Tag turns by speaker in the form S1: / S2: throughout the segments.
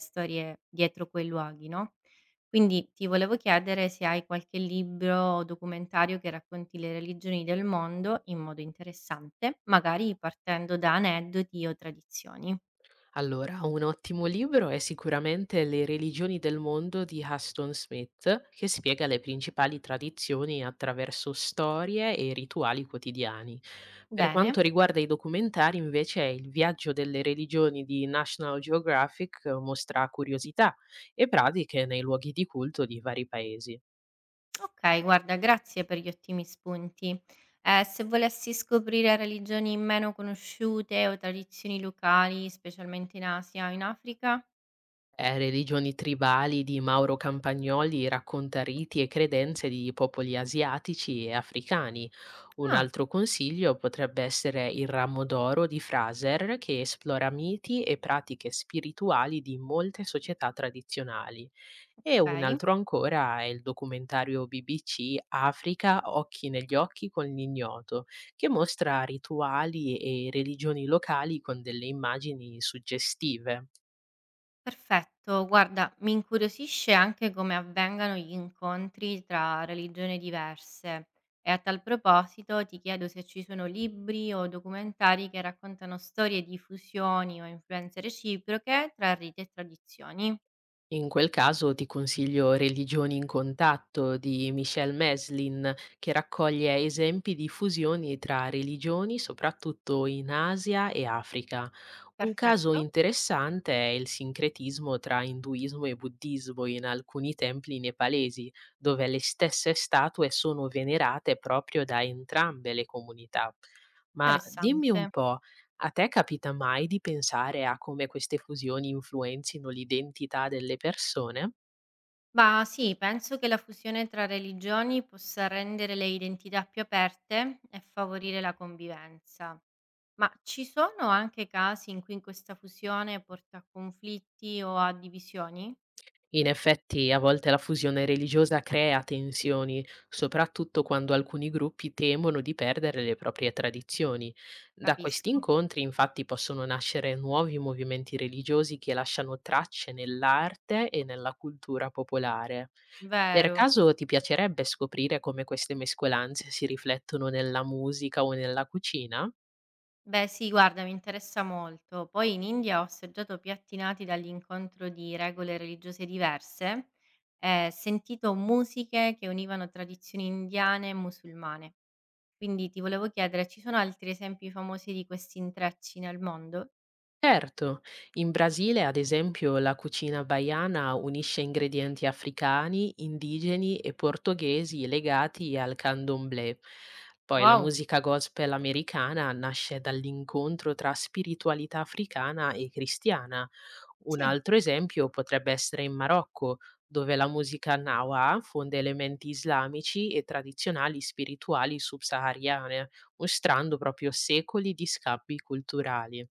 S1: Storie dietro quei luoghi, no. Quindi ti volevo chiedere se hai qualche libro o documentario che racconti le religioni del mondo in modo interessante, magari partendo da aneddoti o tradizioni.
S2: Allora, un ottimo libro è sicuramente Le religioni del mondo di Huston Smith, che spiega le principali tradizioni attraverso storie e rituali quotidiani. Per quanto
S1: Bene,
S2: riguarda i documentari, invece, il viaggio delle religioni di National Geographic mostra curiosità e pratiche nei luoghi di culto di vari paesi.
S1: okay, guarda, grazie per gli ottimi spunti. Se volessi scoprire religioni meno conosciute o tradizioni locali, specialmente in Asia o in Africa?
S2: Religioni tribali di Mauro Campagnoli racconta riti e credenze di popoli asiatici e africani. Un
S1: Ah,
S2: altro consiglio potrebbe essere Il ramo d'oro di Fraser, che esplora miti e pratiche spirituali di molte società tradizionali. E un
S1: okay.
S2: altro ancora è il documentario BBC Africa, Occhi negli occhi con l'ignoto, che mostra rituali e religioni locali con delle immagini suggestive.
S1: Perfetto, guarda, mi incuriosisce anche come avvengano gli incontri tra religioni diverse e a tal proposito ti chiedo se ci sono libri o documentari che raccontano storie di fusioni o influenze reciproche tra riti e tradizioni.
S2: In quel caso ti consiglio Religioni in contatto di Michel Meslin, che raccoglie esempi di fusioni tra religioni, soprattutto in Asia e Africa. Un caso
S1: Perfetto,
S2: interessante è il sincretismo tra induismo e buddismo in alcuni templi nepalesi, dove le stesse statue sono venerate proprio da entrambe le comunità. Ma dimmi un
S1: interessante.
S2: po', a te capita mai di pensare a come queste fusioni influenzino l'identità delle persone?
S1: Ma sì, penso che la fusione tra religioni possa rendere le identità più aperte e favorire la convivenza. Ma ci sono anche casi in cui questa fusione porta a conflitti o a divisioni?
S2: In effetti, a volte la fusione religiosa crea tensioni, soprattutto quando alcuni gruppi temono di perdere le proprie tradizioni. Da questi
S1: Capisco.
S2: incontri, infatti, possono nascere nuovi movimenti religiosi che lasciano tracce nell'arte e nella cultura popolare. Per
S1: Vero.
S2: caso ti piacerebbe scoprire come queste mescolanze si riflettono nella musica o nella cucina?
S1: Beh, sì, guarda, mi interessa molto. Poi in India ho assaggiato piatti nati dall'incontro di regole religiose diverse e sentito musiche che univano tradizioni indiane e musulmane. Quindi ti volevo chiedere, ci sono altri esempi famosi di questi intrecci nel mondo?
S2: Certo, in Brasile, ad esempio, la cucina baiana unisce ingredienti africani, indigeni e portoghesi legati al candomblé. Poi la
S1: Wow,
S2: musica gospel americana nasce dall'incontro tra spiritualità africana e cristiana. Un
S1: sì.
S2: altro esempio potrebbe essere in Marocco, dove la musica nawa fonde elementi islamici e tradizionali spirituali subsahariane, mostrando proprio secoli di scambi culturali.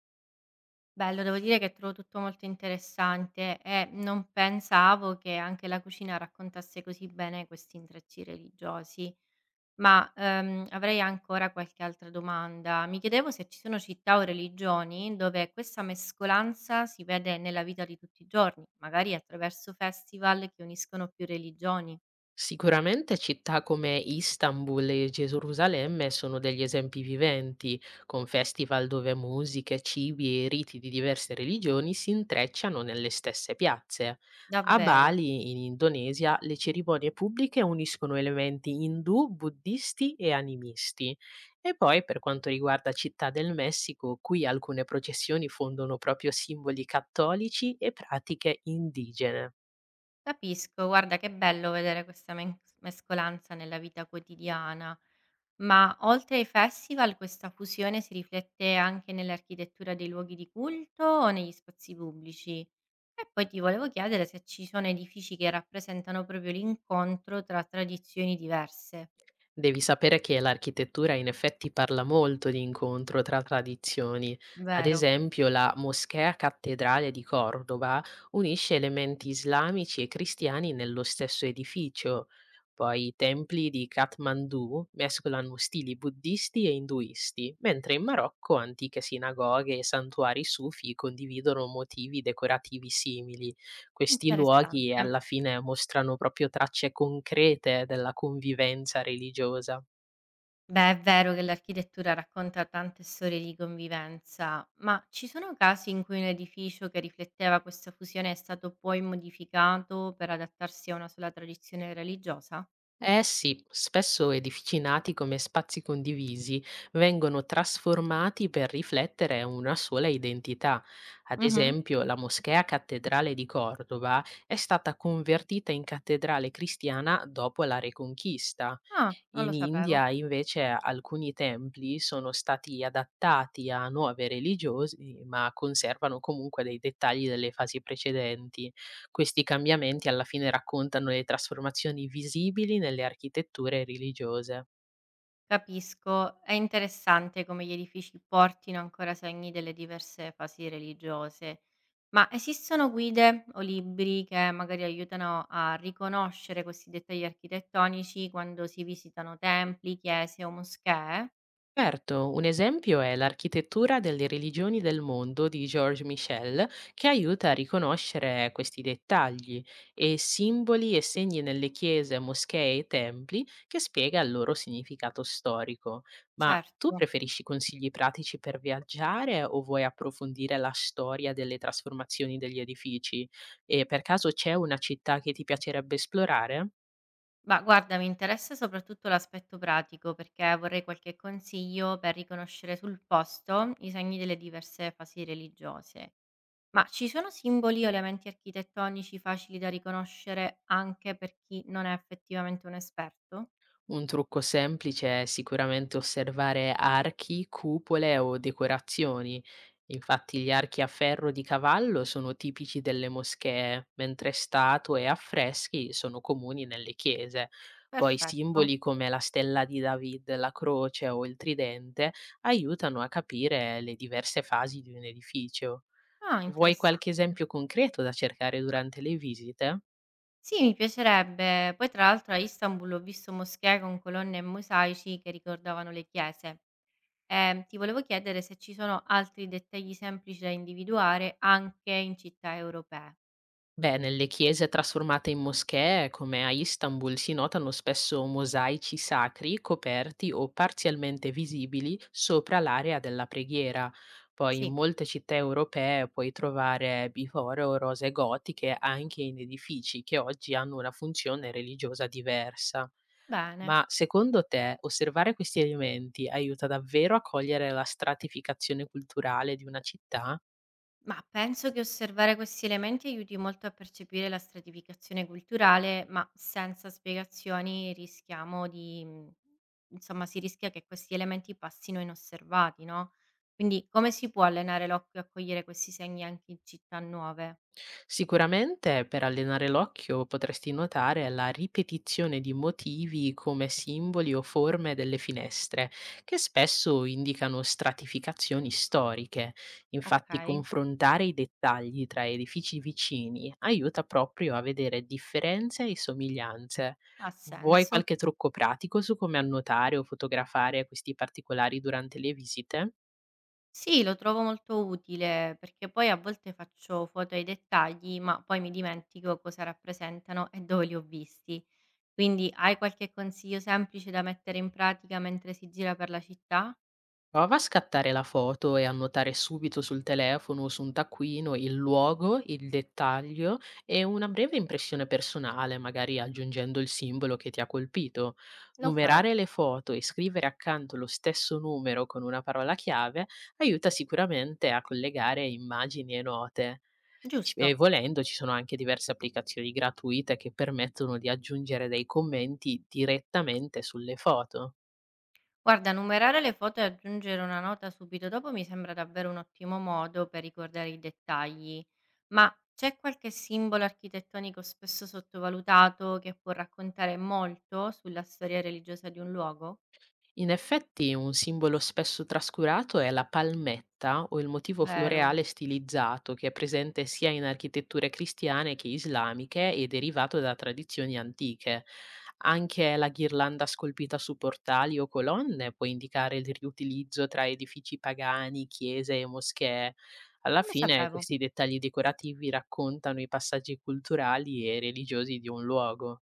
S1: Bello, devo dire che trovo tutto molto interessante e non pensavo che anche la cucina raccontasse così bene questi intrecci religiosi. Ma avrei ancora qualche altra domanda. Mi chiedevo se ci sono città o religioni dove questa mescolanza si vede nella vita di tutti i giorni, magari attraverso festival che uniscono più religioni.
S2: Sicuramente città come Istanbul e Gerusalemme sono degli esempi viventi, con festival dove musiche, cibi e riti di diverse religioni si intrecciano nelle stesse piazze. A
S1: Davvero.
S2: Bali, in Indonesia, le cerimonie pubbliche uniscono elementi indù, buddisti e animisti. E poi, per quanto riguarda Città del Messico, qui alcune processioni fondono proprio simboli cattolici e pratiche indigene.
S1: Capisco, guarda, che bello vedere questa menc mescolanza nella vita quotidiana. Ma oltre ai festival questa fusione si riflette anche nell'architettura dei luoghi di culto o negli spazi pubblici? E poi ti volevo chiedere se ci sono edifici che rappresentano proprio l'incontro tra tradizioni diverse,
S2: Devi sapere che l'architettura in effetti parla molto di incontro tra tradizioni. Ad
S1: vero?
S2: esempio, la Moschea Cattedrale di Cordova unisce elementi islamici e cristiani nello stesso edificio. Poi i templi di Kathmandu mescolano stili buddisti e induisti, mentre in Marocco antiche sinagoghe e santuari sufi condividono motivi decorativi simili. Questi luoghi
S1: Interessante.
S2: alla fine mostrano proprio tracce concrete della convivenza religiosa.
S1: Beh, è vero che l'architettura racconta tante storie di convivenza, ma ci sono casi in cui un edificio che rifletteva questa fusione è stato poi modificato per adattarsi a una sola tradizione religiosa?
S2: Eh sì, spesso edificinati come spazi condivisi, vengono trasformati per riflettere una sola identità. Ad
S1: Mhm.
S2: esempio, la moschea cattedrale di Cordova è stata convertita in cattedrale cristiana dopo la Reconquista.
S1: Ah, non
S2: In
S1: lo sapevo.
S2: India invece alcuni templi sono stati adattati a nuove religiosi, ma conservano comunque dei dettagli delle fasi precedenti. Questi cambiamenti alla fine raccontano le trasformazioni visibili nelle architetture religiose.
S1: Capisco, è interessante come gli edifici portino ancora segni delle diverse fasi religiose, ma esistono guide o libri che magari aiutano a riconoscere questi dettagli architettonici quando si visitano templi, chiese o moschee?
S2: Certo, un esempio è l'architettura delle religioni del mondo di Georges Michel, che aiuta a riconoscere questi dettagli e simboli e segni nelle chiese, moschee e templi, che spiega il loro significato storico. Ma
S1: Certo,
S2: tu preferisci consigli pratici per viaggiare o vuoi approfondire la storia delle trasformazioni degli edifici? E per caso c'è una città che ti piacerebbe esplorare?
S1: ma guarda, mi interessa soprattutto l'aspetto pratico perché vorrei qualche consiglio per riconoscere sul posto i segni delle diverse fasi religiose. Ma ci sono simboli o elementi architettonici facili da riconoscere anche per chi non è effettivamente un esperto?
S2: Un trucco semplice è sicuramente osservare archi, cupole o decorazioni. Infatti gli archi a ferro di cavallo sono tipici delle moschee, mentre statue e affreschi sono comuni nelle chiese. Poi
S1: Perfetto.
S2: simboli come la stella di David, la croce o il tridente aiutano a capire le diverse fasi di un edificio.
S1: Ah,
S2: Vuoi
S1: interessante.
S2: qualche esempio concreto da cercare durante le visite?
S1: Sì, mi piacerebbe. Poi tra l'altro a Istanbul ho visto moschee con colonne e mosaici che ricordavano le chiese. E ti volevo chiedere se ci sono altri dettagli semplici da individuare anche in città europee.
S2: Beh, nelle chiese trasformate in moschee, come a Istanbul, si notano spesso mosaici sacri coperti o parzialmente visibili sopra l'area della preghiera. Poi in
S1: Sì,
S2: molte città europee puoi trovare bifore o rose gotiche anche in edifici che oggi hanno una funzione religiosa diversa.
S1: bene.
S2: Ma secondo te osservare questi elementi aiuta davvero a cogliere la stratificazione culturale di una città?
S1: Ma penso che osservare questi elementi aiuti molto a percepire la stratificazione culturale, ma senza spiegazioni rischiamo di, insomma, si rischia che questi elementi passino inosservati, no? Quindi come si può allenare l'occhio a cogliere questi segni anche in città nuove?
S2: Sicuramente per allenare l'occhio potresti notare la ripetizione di motivi come simboli o forme delle finestre, che spesso indicano stratificazioni storiche.
S1: Ok,
S2: Infatti confrontare i dettagli tra edifici vicini aiuta proprio a vedere differenze e somiglianze.
S1: ha
S2: Vuoi
S1: senso.
S2: qualche trucco pratico su come annotare o fotografare questi particolari durante le visite?
S1: Sì, lo trovo molto utile perché poi a volte faccio foto ai dettagli, ma poi mi dimentico cosa rappresentano e dove li ho visti. Quindi hai qualche consiglio semplice da mettere in pratica mentre si gira per la città?
S2: Prova a scattare la foto e annotare subito sul telefono o su un taccuino il luogo, il dettaglio e una breve impressione personale, magari aggiungendo il simbolo che ti ha colpito.
S1: Lo farò.
S2: Numerare le foto e scrivere accanto lo stesso numero con una parola chiave aiuta sicuramente a collegare immagini e note. E
S1: Giusto.
S2: volendo ci sono anche diverse applicazioni gratuite che permettono di aggiungere dei commenti direttamente sulle foto.
S1: Guarda, numerare le foto e aggiungere una nota subito dopo mi sembra davvero un ottimo modo per ricordare i dettagli. Ma c'è qualche simbolo architettonico spesso sottovalutato che può raccontare molto sulla storia religiosa di un luogo?
S2: In effetti un simbolo spesso trascurato è la palmetta o il motivo
S1: Vero,
S2: floreale stilizzato, che è presente sia in architetture cristiane che islamiche e derivato da tradizioni antiche. Anche la ghirlanda scolpita su portali o colonne può indicare il riutilizzo tra edifici pagani, chiese e moschee. Alla
S1: non lo
S2: fine
S1: sapevo.
S2: questi dettagli decorativi raccontano i passaggi culturali e religiosi di un luogo.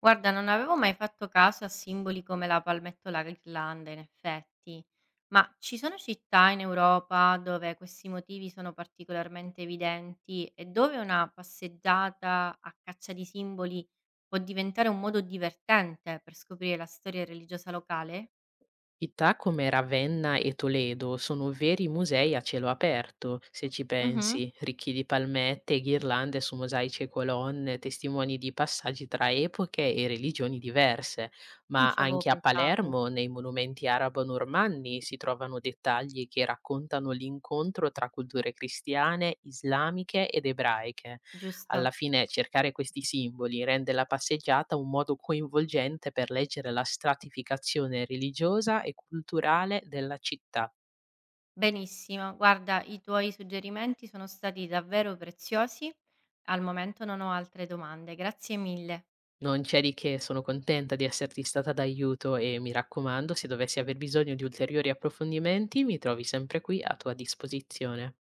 S1: Guarda, non avevo mai fatto caso a simboli come la palmettola ghirlanda, in effetti, ma ci sono città in Europa dove questi motivi sono particolarmente evidenti e dove una passeggiata a caccia di simboli può diventare un modo divertente per scoprire la storia religiosa locale?
S2: Città come Ravenna e Toledo sono veri musei a cielo aperto, se ci
S1: Mhm,
S2: pensi, ricchi di palmette e ghirlande su mosaici e colonne, testimoni di passaggi tra epoche e religioni diverse.
S1: non
S2: Ma
S1: ci avevo
S2: anche a
S1: pensato,
S2: Palermo, nei monumenti arabo-normanni, si trovano dettagli che raccontano l'incontro tra culture cristiane, islamiche ed ebraiche. Alla
S1: giusto?
S2: fine cercare questi simboli rende la passeggiata un modo coinvolgente per leggere la stratificazione religiosa e culturale della città.
S1: Benissimo, guarda, i tuoi suggerimenti sono stati davvero preziosi. Al momento non ho altre domande, grazie mille.
S2: Non c'è di che, sono contenta di esserti stata d'aiuto e mi raccomando, se dovessi aver bisogno di ulteriori approfondimenti, mi trovi sempre qui a tua disposizione.